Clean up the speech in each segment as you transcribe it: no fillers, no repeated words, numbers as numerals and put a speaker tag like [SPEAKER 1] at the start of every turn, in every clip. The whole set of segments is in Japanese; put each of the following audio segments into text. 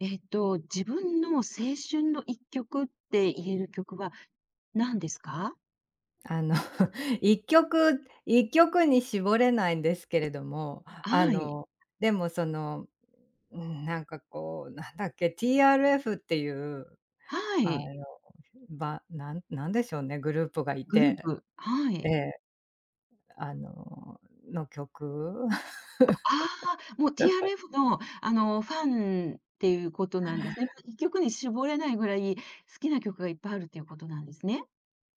[SPEAKER 1] 自分の青春の一曲って言える曲は何ですか？
[SPEAKER 2] あの 一曲一曲に絞れないんですけれども、
[SPEAKER 1] はい。
[SPEAKER 2] でもその、うん、なんかこう、なんだっけ、TRF っていう、
[SPEAKER 1] は
[SPEAKER 2] あの、
[SPEAKER 1] い。
[SPEAKER 2] ばなんなんでしょうね、グループがい
[SPEAKER 1] グルー
[SPEAKER 2] て、
[SPEAKER 1] プ。は
[SPEAKER 2] え
[SPEAKER 1] い。
[SPEAKER 2] え、あの、の曲
[SPEAKER 1] ああ、もう TRF の、あの、ファンっていうことなんですね。一曲に絞れないぐらい好きな曲がいっぱいあるっていうことなんですね。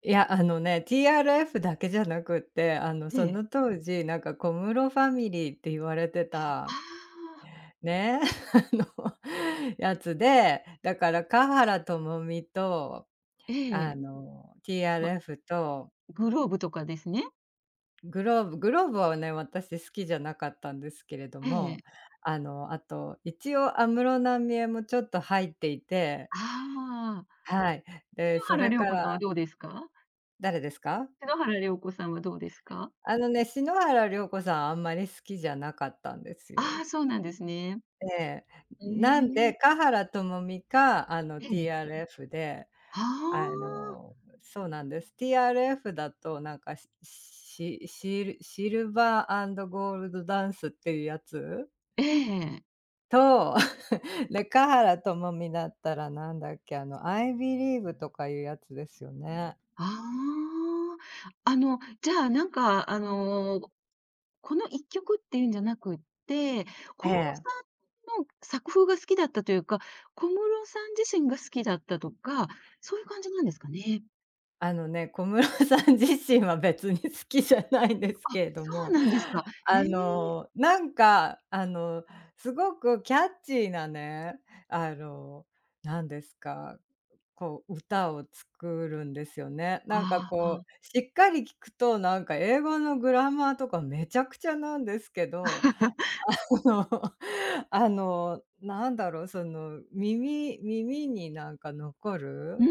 [SPEAKER 2] いや、あのね、TRF だけじゃなくって、
[SPEAKER 1] え
[SPEAKER 2] そ
[SPEAKER 1] え。
[SPEAKER 2] の当時、なんか小室ファミリーって言われて
[SPEAKER 1] あ
[SPEAKER 2] た、
[SPEAKER 1] あ、
[SPEAKER 2] ね あの、やつで、だから華原朋美と
[SPEAKER 1] ええ。ま、
[SPEAKER 2] TRF と
[SPEAKER 1] グローブとかですね。
[SPEAKER 2] グローブはね、私好きじゃなかったんですけれど
[SPEAKER 1] ええ。
[SPEAKER 2] も、あと、一応安室奈美恵もちょっと入っていて、
[SPEAKER 1] ああ。
[SPEAKER 2] はい。
[SPEAKER 1] 篠
[SPEAKER 2] で、そ
[SPEAKER 1] 原
[SPEAKER 2] れ
[SPEAKER 1] 涼
[SPEAKER 2] か
[SPEAKER 1] 子さんは
[SPEAKER 2] ら
[SPEAKER 1] どうですか？
[SPEAKER 2] 誰ですか？
[SPEAKER 1] 篠原涼子さんはどうですか？
[SPEAKER 2] あのね、篠原涼子さんあんまり好きじゃなかったんです
[SPEAKER 1] あ
[SPEAKER 2] よ。
[SPEAKER 1] あ、そうなんですね。
[SPEAKER 2] ええ。
[SPEAKER 1] え
[SPEAKER 2] なんで、
[SPEAKER 1] え。
[SPEAKER 2] 華原朋美か、
[SPEAKER 1] ええ。
[SPEAKER 2] TRF で
[SPEAKER 1] ああ、
[SPEAKER 2] あの、そうなんです。TRF だとなんかシシルバーゴールドダンスっていうやつ
[SPEAKER 1] ええ。
[SPEAKER 2] と、中原智美だったらなんだっけ、I Believe とかいうやつですよね。
[SPEAKER 1] ああ。あの、じゃあ、なんか、あの、この一曲っていうんじゃなくって、
[SPEAKER 2] え
[SPEAKER 1] 小室さ
[SPEAKER 2] え。
[SPEAKER 1] んの作風が好きだったというか、小室さん自身が好きだったとか、そういう感じなんですかね？
[SPEAKER 2] あのね、小室さん自身は別に好きじゃないんです
[SPEAKER 1] あ、
[SPEAKER 2] けれど
[SPEAKER 1] そう
[SPEAKER 2] も、
[SPEAKER 1] なんですか。へ
[SPEAKER 2] あ
[SPEAKER 1] え。
[SPEAKER 2] の、なんか、あの、すごくキャッチーなね、あの、なんですか、こう、歌を作るんですよね。なんか
[SPEAKER 1] ああ。
[SPEAKER 2] こう、しっかり聞くと、なんか英語のグラマーとかめちゃくちゃなんですけど、この あの、なんだろう、その、耳になんか残
[SPEAKER 1] うー
[SPEAKER 2] る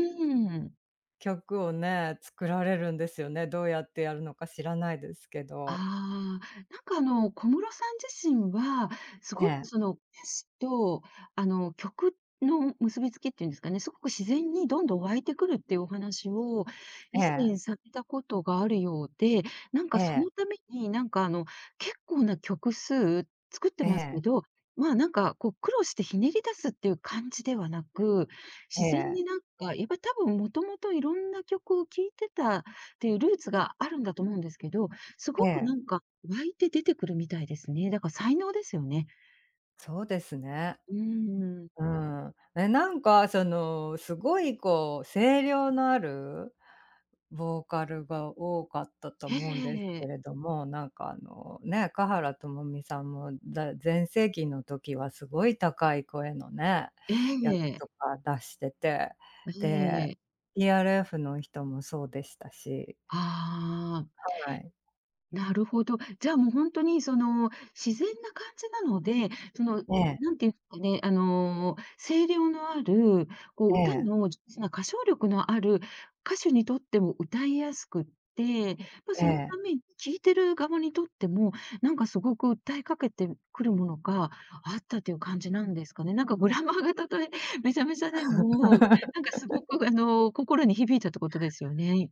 [SPEAKER 1] ん。
[SPEAKER 2] 曲をね、作られるんですよね。どうやってやるのか知らないですけ
[SPEAKER 1] あ
[SPEAKER 2] ど。
[SPEAKER 1] あ、なんかあの、小室さん自身は、す
[SPEAKER 2] え
[SPEAKER 1] ごく
[SPEAKER 2] え、
[SPEAKER 1] その、歌詞とあの、曲の結びつきっていうんですかね、すごく自然にどんどん湧いてくるっていうお話を、
[SPEAKER 2] え
[SPEAKER 1] 以前
[SPEAKER 2] え、
[SPEAKER 1] されたことがあるようで、なん
[SPEAKER 2] え
[SPEAKER 1] かそ
[SPEAKER 2] え、
[SPEAKER 1] のために、なんかあの、結構な曲数作って
[SPEAKER 2] え
[SPEAKER 1] ます
[SPEAKER 2] え、
[SPEAKER 1] けど、まあ、なんかこう苦労してひねり出すっていう感じではなく、
[SPEAKER 2] え
[SPEAKER 1] 自然
[SPEAKER 2] え、
[SPEAKER 1] になんか、やっぱり多分もともといろんな曲を聴いてたっていうルーツがあるんだと思うんですけど、す
[SPEAKER 2] え
[SPEAKER 1] ごくなん
[SPEAKER 2] え。
[SPEAKER 1] か、湧いて出てくるみたいですね。だから才能ですよね。
[SPEAKER 2] そうですね。
[SPEAKER 1] うーん。
[SPEAKER 2] うん。なんかその、すごいこう、声量のあるボーカルが多かったと
[SPEAKER 1] え
[SPEAKER 2] 思うんですけ
[SPEAKER 1] え。
[SPEAKER 2] れども、なんかあのね、華原朋美さんも、全盛期の時はすごい高い声のね、
[SPEAKER 1] え
[SPEAKER 2] やつ
[SPEAKER 1] え。
[SPEAKER 2] とか出してて、
[SPEAKER 1] え
[SPEAKER 2] で、
[SPEAKER 1] え。
[SPEAKER 2] TRF の人もそうでしたし、
[SPEAKER 1] ああ。
[SPEAKER 2] はい。
[SPEAKER 1] なるほど。じゃあ、もう本当にその、自然な感じなので、その、
[SPEAKER 2] ね
[SPEAKER 1] なんていうんですかね、声量のある、こう
[SPEAKER 2] え、
[SPEAKER 1] 歌
[SPEAKER 2] ええ、
[SPEAKER 1] の上手な歌唱力のある歌手にとっても歌いやすくって、まあ、
[SPEAKER 2] え
[SPEAKER 1] その
[SPEAKER 2] え。
[SPEAKER 1] ために聴いてる側にとっても、なんかすごく訴えかけてくるものがあったという感じなんですかね。なんかグラマーがたとえめちゃめちゃでも、なんかすごくあの、心に響いたってことですよね。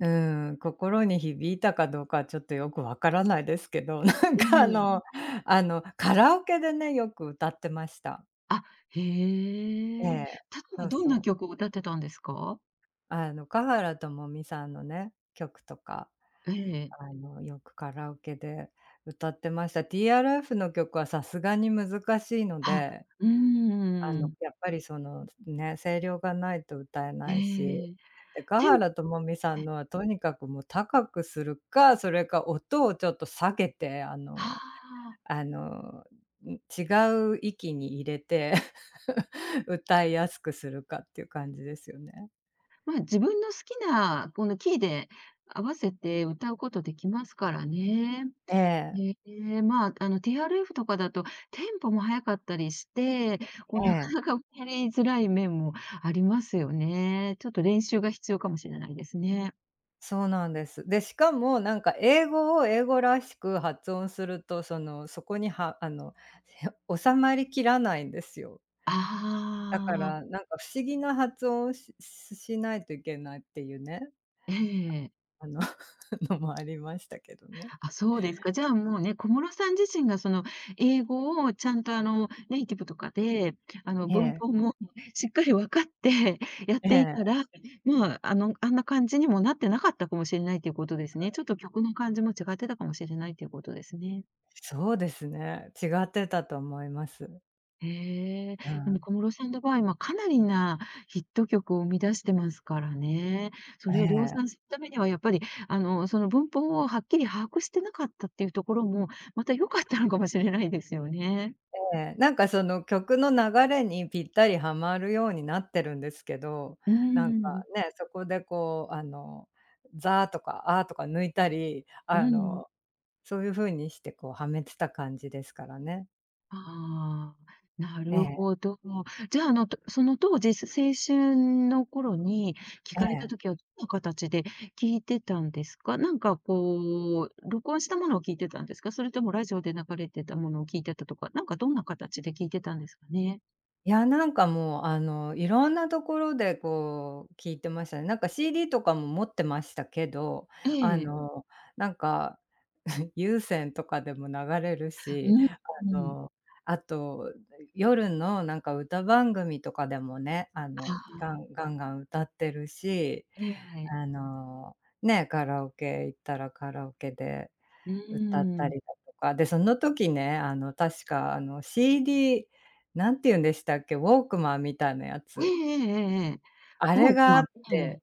[SPEAKER 2] うん、心に響いたかどうかはちょっとよくわからないですけど、
[SPEAKER 1] ええ。
[SPEAKER 2] カラオケでね、よく歌ってました。
[SPEAKER 1] あ、へ
[SPEAKER 2] え
[SPEAKER 1] え。例え
[SPEAKER 2] え、そ
[SPEAKER 1] ば
[SPEAKER 2] う
[SPEAKER 1] どん
[SPEAKER 2] そ
[SPEAKER 1] な
[SPEAKER 2] う。
[SPEAKER 1] 曲を歌ってたんですか？
[SPEAKER 2] あの、華原朋美さんのね、曲とか、
[SPEAKER 1] ええ。
[SPEAKER 2] よくカラオケで歌ってました。TRF の曲はさすがに難しいの
[SPEAKER 1] あ、
[SPEAKER 2] で、
[SPEAKER 1] うーん。
[SPEAKER 2] やっぱりその、ね、声量がないと歌え
[SPEAKER 1] え
[SPEAKER 2] ないし、
[SPEAKER 1] え。
[SPEAKER 2] で、華
[SPEAKER 1] テン
[SPEAKER 2] 原朋美さん
[SPEAKER 1] え、
[SPEAKER 2] のはとにかくもう高くするか、それか音をちょっと下げて、
[SPEAKER 1] ああ。
[SPEAKER 2] あの、違う域に入れて 歌いやすくするかっていう感じですよね。
[SPEAKER 1] まあ、自分の好きなこのキーで合わせて歌うことできますからね。
[SPEAKER 2] ええ、
[SPEAKER 1] ええ、まあ、あの TRF とかだとテンポも速かったりして、こう
[SPEAKER 2] え
[SPEAKER 1] なかな
[SPEAKER 2] え。
[SPEAKER 1] か歌いづらい面もありますよね。ちょっと練習が必要かもしれないですね。
[SPEAKER 2] そうなんです。で、しかもなんか英語を英語らしく発音すると、その、そこにはあの 収まりきらないんですよ。だ
[SPEAKER 1] あ
[SPEAKER 2] から、
[SPEAKER 1] あ。
[SPEAKER 2] なんか不思議な発音をしないといけないっていうね、
[SPEAKER 1] ええ。
[SPEAKER 2] あの のもありましたけどね。
[SPEAKER 1] あ、そうですか。じゃあもうね、小室さん自身がその英語をちゃんとあのネイティブとかで、あの
[SPEAKER 2] え
[SPEAKER 1] 文
[SPEAKER 2] え、
[SPEAKER 1] 法もねしっかり分かってやっ
[SPEAKER 2] え
[SPEAKER 1] てい
[SPEAKER 2] え、
[SPEAKER 1] たら、まあ、あの、あんな感じにもなってなかったかもしれないということですね。ちょっと曲の感じも違ってたかもしれないということですね。
[SPEAKER 2] そうですね。違ってたと思います。
[SPEAKER 1] へえ、
[SPEAKER 2] う
[SPEAKER 1] で
[SPEAKER 2] ん、
[SPEAKER 1] も小室さんの場合、ま、かなりなヒット曲を生み出してますからね。そ
[SPEAKER 2] え
[SPEAKER 1] れを量
[SPEAKER 2] え。
[SPEAKER 1] 産するためにはやっぱり、あの、その文法をはっきり把握してなかったっていうところも、また良かったのかもしれないですよね。
[SPEAKER 2] ええ、なんかその曲の流れにぴったりはまるようになってるんですけど、
[SPEAKER 1] うー
[SPEAKER 2] なんか
[SPEAKER 1] ん、
[SPEAKER 2] ね、そこでこうザ「ーとか「あ」とか抜いたり、
[SPEAKER 1] うん。
[SPEAKER 2] そういう風にしてこうはめてた感じですからね。
[SPEAKER 1] ああ、な
[SPEAKER 2] え
[SPEAKER 1] る
[SPEAKER 2] え、
[SPEAKER 1] ほど。じゃあ、あの、その当時、青春の頃に聞
[SPEAKER 2] え
[SPEAKER 1] かれた
[SPEAKER 2] え。
[SPEAKER 1] 時は、どんな形で聞いてたんですか？なんかこう、録音したものを聞いてたんですか？それともラジオで流れてたものを聞いてたとか、なんかどんな形で聞いてたんですかね？
[SPEAKER 2] いや、なんかもうあの、いろんなところでこう聞いてましたね。なんか CD とかも持ってましたけど、
[SPEAKER 1] え
[SPEAKER 2] あ
[SPEAKER 1] え、
[SPEAKER 2] の、なんか 有線とかでも流れる
[SPEAKER 1] う
[SPEAKER 2] し、
[SPEAKER 1] ん、うん。
[SPEAKER 2] の、あと、夜のなんか歌番組とかでもね、
[SPEAKER 1] あ、
[SPEAKER 2] ガンガンガン歌ってるし、
[SPEAKER 1] ええ
[SPEAKER 2] カラオケ行ったらカラオケで
[SPEAKER 1] う
[SPEAKER 2] 歌っ
[SPEAKER 1] ー
[SPEAKER 2] た
[SPEAKER 1] ん。
[SPEAKER 2] りだとか、で、その時ね、確かCD、なんて言うんでしたっけ、ウォークマンみたいなや
[SPEAKER 1] ええ
[SPEAKER 2] つ、
[SPEAKER 1] ええええええ。
[SPEAKER 2] あ
[SPEAKER 1] ウ
[SPEAKER 2] れ
[SPEAKER 1] ォーク
[SPEAKER 2] があ
[SPEAKER 1] マ
[SPEAKER 2] っ
[SPEAKER 1] ン、ええ、
[SPEAKER 2] て、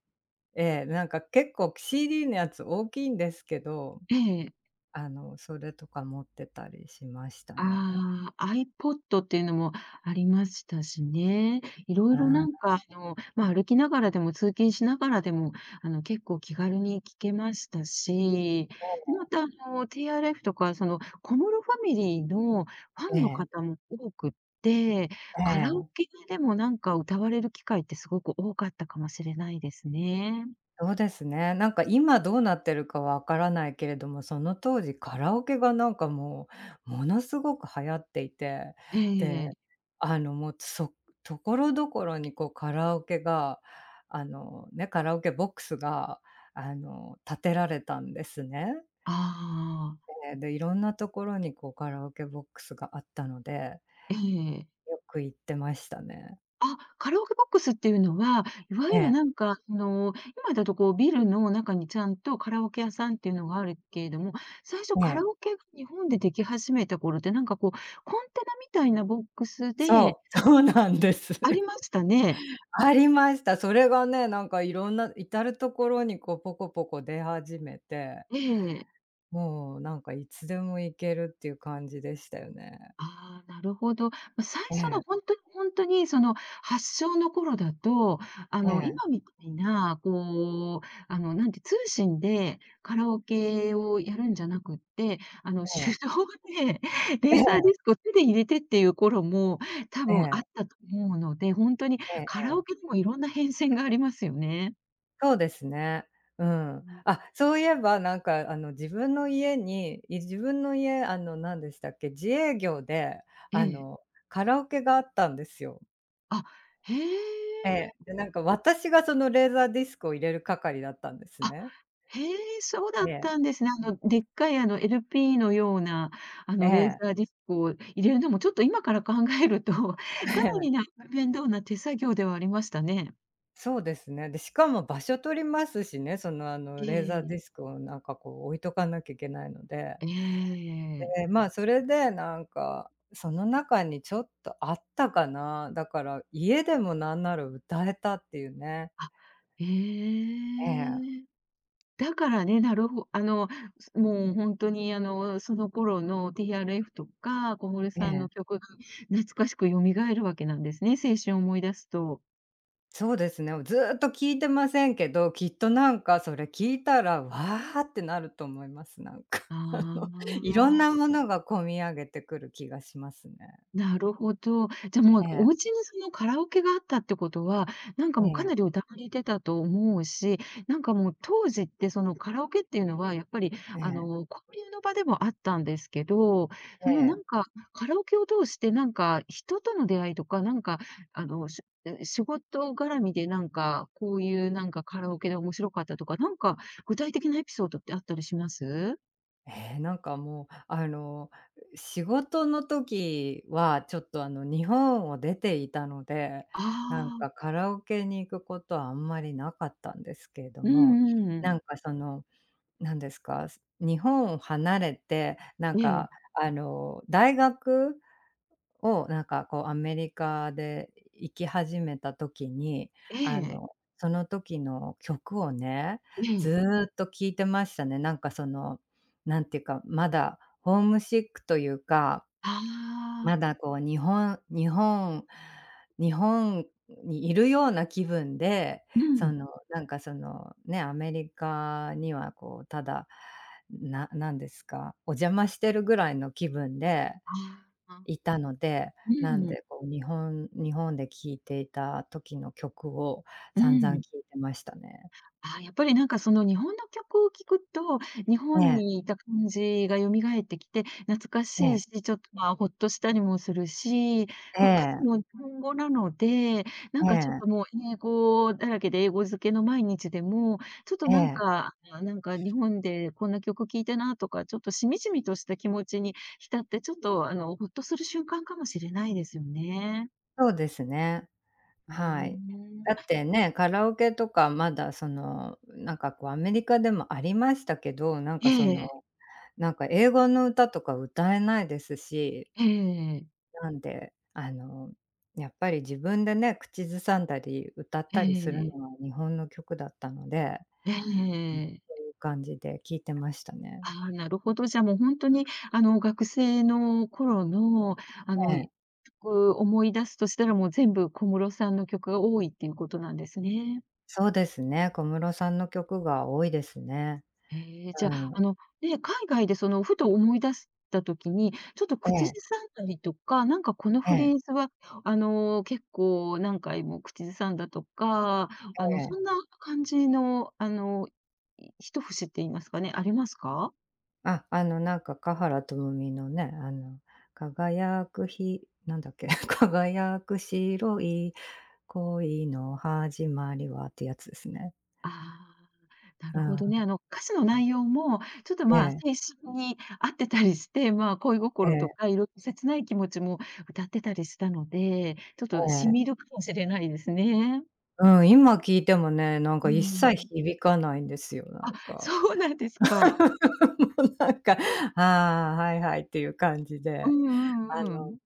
[SPEAKER 2] ええ、なんか結構 CD のやつ大きいんですけど、
[SPEAKER 1] ええ。
[SPEAKER 2] それとか持ってたりしましたね。
[SPEAKER 1] ああ、iPod っていうのもありましたしね。いろ
[SPEAKER 2] あ
[SPEAKER 1] いろなん
[SPEAKER 2] あ、
[SPEAKER 1] かあの、まあ、歩きながらでも通勤しながらでも、あの、結構気軽に聞けましたし、またあの、TRF とかその、小室ファミリーのファ
[SPEAKER 2] え
[SPEAKER 1] ンの
[SPEAKER 2] え、
[SPEAKER 1] 方も多くって、
[SPEAKER 2] え
[SPEAKER 1] カラオ
[SPEAKER 2] え。
[SPEAKER 1] ケでもなんか歌われる機会ってすごく多かったかもしれないですね。
[SPEAKER 2] そうですね。なんか今どうなってるかわからないけれども、その当時カラオケがものすごく流行っていて、
[SPEAKER 1] え
[SPEAKER 2] で、
[SPEAKER 1] え。
[SPEAKER 2] あの、もう、所々にこうカラオケが、カラオケボックスが、建てられたんですね。
[SPEAKER 1] ああ、
[SPEAKER 2] で、いろんなところにこうカラオケボックスがあったので、
[SPEAKER 1] ええ。
[SPEAKER 2] よく行ってましたね。
[SPEAKER 1] あ、カラオケボックスっていうのは、いわ
[SPEAKER 2] え
[SPEAKER 1] ゆる
[SPEAKER 2] え、
[SPEAKER 1] なんか、あの、今だとこうビルの中にちゃんとカラオケ屋さんっていうのがあるけれども、最初
[SPEAKER 2] え
[SPEAKER 1] カ
[SPEAKER 2] え。
[SPEAKER 1] ラオケが日本ででき始めた頃って、なんかこう、コンテナみたいなボックスで
[SPEAKER 2] そうなんです。
[SPEAKER 1] ありましたね。
[SPEAKER 2] ありました。それがね、なんかいろんな至る所にこうポコポコ出始めて、
[SPEAKER 1] ええ。
[SPEAKER 2] もうなんかいつでも行けるっていう感じでしたよね。
[SPEAKER 1] ああ、なるほど。ま、最
[SPEAKER 2] え
[SPEAKER 1] 初の
[SPEAKER 2] え、
[SPEAKER 1] 本当に本当にその発症の頃だと、あ
[SPEAKER 2] え
[SPEAKER 1] の、
[SPEAKER 2] え、
[SPEAKER 1] 今みたいな、こう、あの、なんて、通信でカラオケをやるんじゃなくって、あの、
[SPEAKER 2] え
[SPEAKER 1] 手
[SPEAKER 2] え、
[SPEAKER 1] 動で
[SPEAKER 2] え
[SPEAKER 1] レーザ
[SPEAKER 2] え、
[SPEAKER 1] ーディスクを手で入れてっていう頃も多分あっ
[SPEAKER 2] え
[SPEAKER 1] たと思うので、本当に
[SPEAKER 2] え、え
[SPEAKER 1] カ
[SPEAKER 2] え。
[SPEAKER 1] ラオケにもいろんな変遷がありますよね。
[SPEAKER 2] そうですね。うん。
[SPEAKER 1] うん。
[SPEAKER 2] あ、そういえばなんかあの自分の家に、自分の家何でしたっけ、自営業で
[SPEAKER 1] え
[SPEAKER 2] あの
[SPEAKER 1] え。
[SPEAKER 2] カラオケがあったんですよ。
[SPEAKER 1] あ、へ
[SPEAKER 2] ええ、
[SPEAKER 1] え。
[SPEAKER 2] で、なんか私がそのレーザーディスクを入れる係だったんです
[SPEAKER 1] あ
[SPEAKER 2] ね。
[SPEAKER 1] へえ、そうだっ
[SPEAKER 2] ええ、
[SPEAKER 1] たんですね。あの、でっかいあの LP のような、あ
[SPEAKER 2] え
[SPEAKER 1] のレー
[SPEAKER 2] え、
[SPEAKER 1] ザーディスクを入れるのも、ちょっと今から考えると、かな
[SPEAKER 2] え
[SPEAKER 1] り
[SPEAKER 2] え。
[SPEAKER 1] な面倒な手作業ではありましたね。
[SPEAKER 2] そうですね。で、しかも場所取りますしね、その、
[SPEAKER 1] え
[SPEAKER 2] レーザーディス
[SPEAKER 1] え、
[SPEAKER 2] クをなんかこう置いとかなきゃいけないので。
[SPEAKER 1] ええ。
[SPEAKER 2] で、まあ、それでなんか、その中にちょっとあったかな。だから、家でもなんなら歌えたっていうね。
[SPEAKER 1] あ、え
[SPEAKER 2] ええ、
[SPEAKER 1] え。だからね、なるほあの、もうほんとにあの、その頃の TRF とか、小室
[SPEAKER 2] え
[SPEAKER 1] さんの
[SPEAKER 2] え。
[SPEAKER 1] 曲が懐かしく蘇るわけなんですね、青春を思い出すと。
[SPEAKER 2] そうですね。ずっと聞いてませんけど、きっとなんかそれ聞いたら、わあってなると思います。
[SPEAKER 1] あ
[SPEAKER 2] あの、いろんな
[SPEAKER 1] あ。
[SPEAKER 2] ものが込み上げてくる気がしますね。
[SPEAKER 1] なるほど。じゃ、も
[SPEAKER 2] え
[SPEAKER 1] うお
[SPEAKER 2] え、
[SPEAKER 1] 家にそのカラオケがあったってことは、なんか
[SPEAKER 2] え
[SPEAKER 1] もうか
[SPEAKER 2] え、
[SPEAKER 1] なり歌われてたと思うし、なんかもう当時ってそのカラオケっていうのはやっぱり
[SPEAKER 2] え
[SPEAKER 1] あの、
[SPEAKER 2] え、
[SPEAKER 1] 交流の場でもあったんですけど、
[SPEAKER 2] え
[SPEAKER 1] そのなん
[SPEAKER 2] え。
[SPEAKER 1] かカラオケを通してなんか人との出会いとか、なんかあの、仕事絡みでなんか、こういうなんかカラオケで面白かったとか、なんか具体的なエピソードってあったりします？
[SPEAKER 2] ええ、なんかもう、あの、仕事の時はちょっとあの日本を出ていたので、なん
[SPEAKER 1] ああ
[SPEAKER 2] か
[SPEAKER 1] ー、
[SPEAKER 2] カラオケに行くことはあんまりなかったんですけれど
[SPEAKER 1] うん
[SPEAKER 2] も、
[SPEAKER 1] うんう
[SPEAKER 2] な
[SPEAKER 1] ん。
[SPEAKER 2] んかその、なんですか、日本を離れて、なん
[SPEAKER 1] え
[SPEAKER 2] か
[SPEAKER 1] え、
[SPEAKER 2] 大学を、なんかこうアメリカで行き始めた時に、
[SPEAKER 1] え
[SPEAKER 2] あ
[SPEAKER 1] え、
[SPEAKER 2] の、その時の曲をね、
[SPEAKER 1] ええ。
[SPEAKER 2] ずっと聴いてましたね。なんかその、なんていうか、まだホームシックというか、
[SPEAKER 1] あ
[SPEAKER 2] ま
[SPEAKER 1] あ、
[SPEAKER 2] だこう日本にいるような気分で、
[SPEAKER 1] う
[SPEAKER 2] そ
[SPEAKER 1] ん。
[SPEAKER 2] の、なんかその、ね、アメリカにはこうただ、なんですか、お邪魔してるぐらいの気分で
[SPEAKER 1] ああ、
[SPEAKER 2] いたので、なん
[SPEAKER 1] うん、
[SPEAKER 2] でこう日本で聴いていた時の曲を
[SPEAKER 1] う
[SPEAKER 2] 散々
[SPEAKER 1] ん。
[SPEAKER 2] 聴いてましたね。
[SPEAKER 1] ああ、やっぱりなんかその日本の曲を聴くと、日
[SPEAKER 2] え
[SPEAKER 1] 本
[SPEAKER 2] え、
[SPEAKER 1] にいた感じが蘇ってきて、懐かし
[SPEAKER 2] ええ、
[SPEAKER 1] いし、ちょっとまあ、ほっとしたりもするし、
[SPEAKER 2] え
[SPEAKER 1] まあ、歌詞
[SPEAKER 2] え、
[SPEAKER 1] も日本語なので、な
[SPEAKER 2] え
[SPEAKER 1] んかちょっ
[SPEAKER 2] え、
[SPEAKER 1] ともう英語だらけで英語漬けの毎日でも、ちょっと
[SPEAKER 2] え
[SPEAKER 1] なん
[SPEAKER 2] え、
[SPEAKER 1] か、あ、なんか日本でこんな曲聴いたなとか、ちょっとしみじみとした気持ちに浸って、ちょっとあの、ほっとする瞬間かもしれないですよね。
[SPEAKER 2] そうですね。
[SPEAKER 1] うー
[SPEAKER 2] はい。
[SPEAKER 1] ん。
[SPEAKER 2] だってね、カラオケとかまだその、なんかこうアメリカでもありましたけど、なん
[SPEAKER 1] え
[SPEAKER 2] かそ
[SPEAKER 1] え、
[SPEAKER 2] の、なんか英語の歌とか歌えないですし、
[SPEAKER 1] ええ、
[SPEAKER 2] なんで、やっぱり自分でね、口ずさんだり歌っ
[SPEAKER 1] え
[SPEAKER 2] たりするの
[SPEAKER 1] え、
[SPEAKER 2] は日本の曲だったので
[SPEAKER 1] ええ。
[SPEAKER 2] いう感じで聞いてましたね。
[SPEAKER 1] ああ、なるほど。じゃあ、もうほんとに、あの、学生の頃の、あ
[SPEAKER 2] え
[SPEAKER 1] の、
[SPEAKER 2] え、
[SPEAKER 1] 曲、思い出すとしたら、もう全部小室さんの曲が多いっていうことなんですね。
[SPEAKER 2] そうですね、小室さんの曲が多いですね。
[SPEAKER 1] へえ、じ
[SPEAKER 2] う
[SPEAKER 1] ゃあ、あ
[SPEAKER 2] ん。
[SPEAKER 1] の、ね、海外でその、ふと思い出した時に、ちょっと
[SPEAKER 2] え
[SPEAKER 1] 口ず
[SPEAKER 2] え、
[SPEAKER 1] さんだりとか、なんかこの
[SPEAKER 2] え
[SPEAKER 1] フレ
[SPEAKER 2] え、
[SPEAKER 1] ーズは、あの、結構何回も口ずさんだとか、
[SPEAKER 2] え
[SPEAKER 1] あの、
[SPEAKER 2] え。
[SPEAKER 1] そんな感じの、あの、一節って言いますかね、ありますか？
[SPEAKER 2] なんか華原朋美のね、輝くひなんだっけ、輝く白い恋の始まりはってやつですね。
[SPEAKER 1] ああ、な
[SPEAKER 2] う
[SPEAKER 1] るほどね。
[SPEAKER 2] ん。
[SPEAKER 1] あの、歌詞の内容も、ちょっと、
[SPEAKER 2] え
[SPEAKER 1] まあ、
[SPEAKER 2] え、
[SPEAKER 1] 青春に合ってたりして、まあ、恋
[SPEAKER 2] え
[SPEAKER 1] 心と
[SPEAKER 2] え、
[SPEAKER 1] かいろいろ切ない気持ちも歌ってたりしたので、ちょっと
[SPEAKER 2] え
[SPEAKER 1] 染み
[SPEAKER 2] え。
[SPEAKER 1] るかもしれないですね。
[SPEAKER 2] うん、今聞いてもね、なん
[SPEAKER 1] う
[SPEAKER 2] か一切
[SPEAKER 1] ん。
[SPEAKER 2] 響かないんですよ、な
[SPEAKER 1] あ、
[SPEAKER 2] んか。
[SPEAKER 1] そうなんですか。
[SPEAKER 2] もうなんか、ああ、はいはいっていう感じ
[SPEAKER 1] う
[SPEAKER 2] で、
[SPEAKER 1] んう
[SPEAKER 2] あ
[SPEAKER 1] んう
[SPEAKER 2] の
[SPEAKER 1] ん。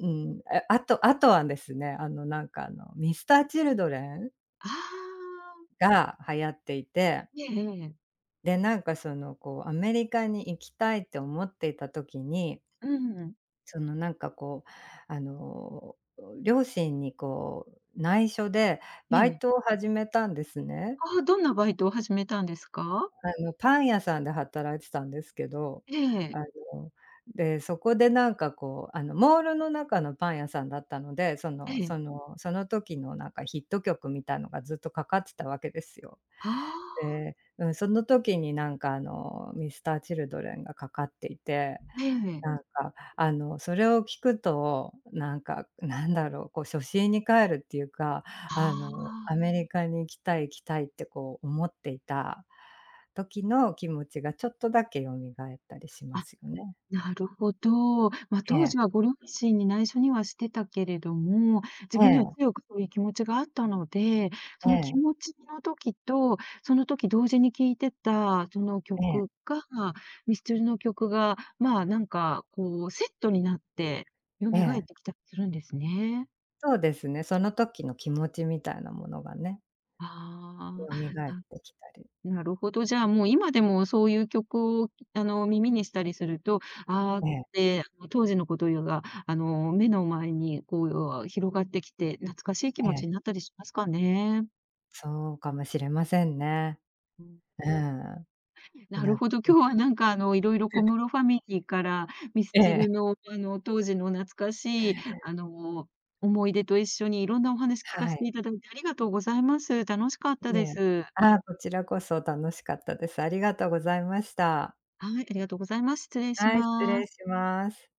[SPEAKER 2] うん、あとはですね、ミスター・チルドレン
[SPEAKER 1] ああ、
[SPEAKER 2] が流行っていて、
[SPEAKER 1] ええええ。
[SPEAKER 2] で、なんか、その、こう、アメリカに行きたいって思っていた時に、
[SPEAKER 1] うん。
[SPEAKER 2] その、なんか、こう、あの、両親に、こう、内緒で
[SPEAKER 1] え
[SPEAKER 2] バイ
[SPEAKER 1] え。
[SPEAKER 2] トを始めたんですね。
[SPEAKER 1] ああ、どんなバイトを始めたんですか？
[SPEAKER 2] あの、パン屋さんで働いてたんですけど、
[SPEAKER 1] え
[SPEAKER 2] あ
[SPEAKER 1] え、
[SPEAKER 2] の、で、そこでなんかこう、モールの中のパン屋さんだったので、
[SPEAKER 1] ええ。
[SPEAKER 2] その時のなんかヒット曲みたいのがずっとかかってたわけですよ。
[SPEAKER 1] ああ、
[SPEAKER 2] で、うん、その時になんかあの、ミスター・チルドレンがかかっていて
[SPEAKER 1] ええ。
[SPEAKER 2] なんか、それを聞くと、なんか、なんだろう、こう、初心に帰るっていうか、
[SPEAKER 1] あ
[SPEAKER 2] ア
[SPEAKER 1] あ、
[SPEAKER 2] メリカに行きたいってこう思っていた時の気持ちがちょっとだけ蘇ったりしま
[SPEAKER 1] あ
[SPEAKER 2] すよね。
[SPEAKER 1] なるほど。まあ、
[SPEAKER 2] え
[SPEAKER 1] 当
[SPEAKER 2] え、
[SPEAKER 1] 時はご両親に内緒にはしてたけれども、自
[SPEAKER 2] え
[SPEAKER 1] 分では
[SPEAKER 2] え、
[SPEAKER 1] 強くそういう気持ちがあったので、そ
[SPEAKER 2] え
[SPEAKER 1] の気
[SPEAKER 2] え、
[SPEAKER 1] 持ちの時と、その時同時に聴いてたその
[SPEAKER 2] ええ、
[SPEAKER 1] 曲が、ミスチルの曲が、まあ、なんかこうセットになって蘇っ
[SPEAKER 2] え
[SPEAKER 1] て
[SPEAKER 2] え。
[SPEAKER 1] きたりするんですね。
[SPEAKER 2] そうですね、その時の気持ちみたいなものがね、
[SPEAKER 1] あ
[SPEAKER 2] 蘇っ
[SPEAKER 1] あ、
[SPEAKER 2] てきたり。
[SPEAKER 1] ななるほど。じゃあ、もう今でもそういう曲を、あの、耳にしたりすると、ああっ
[SPEAKER 2] ええ、
[SPEAKER 1] て、あの、当時のことが、あの、目の前にこう、広がってきて、懐かしい気
[SPEAKER 2] え
[SPEAKER 1] 持ちに
[SPEAKER 2] え、
[SPEAKER 1] なったりしますかね？
[SPEAKER 2] そうかもしれませんね。
[SPEAKER 1] うん、
[SPEAKER 2] うん。
[SPEAKER 1] な
[SPEAKER 2] な
[SPEAKER 1] る
[SPEAKER 2] ん
[SPEAKER 1] ほど。今 日はなんか、あの、いろいろ小 室ファミリーから、ミス
[SPEAKER 2] え
[SPEAKER 1] チル
[SPEAKER 2] え、
[SPEAKER 1] の、あの、当時の懐かしい、あの、思い出と一緒にいろんなお話聞か
[SPEAKER 2] は
[SPEAKER 1] せ
[SPEAKER 2] い。
[SPEAKER 1] ていただいてありがとうございます。楽しかった
[SPEAKER 2] い
[SPEAKER 1] で
[SPEAKER 2] え。
[SPEAKER 1] す。
[SPEAKER 2] ああ、こちらこそ楽しかったです。ありがとうございました。
[SPEAKER 1] はい、ありがとうございます。失礼し
[SPEAKER 2] はい、失
[SPEAKER 1] ま
[SPEAKER 2] 礼
[SPEAKER 1] す。
[SPEAKER 2] します。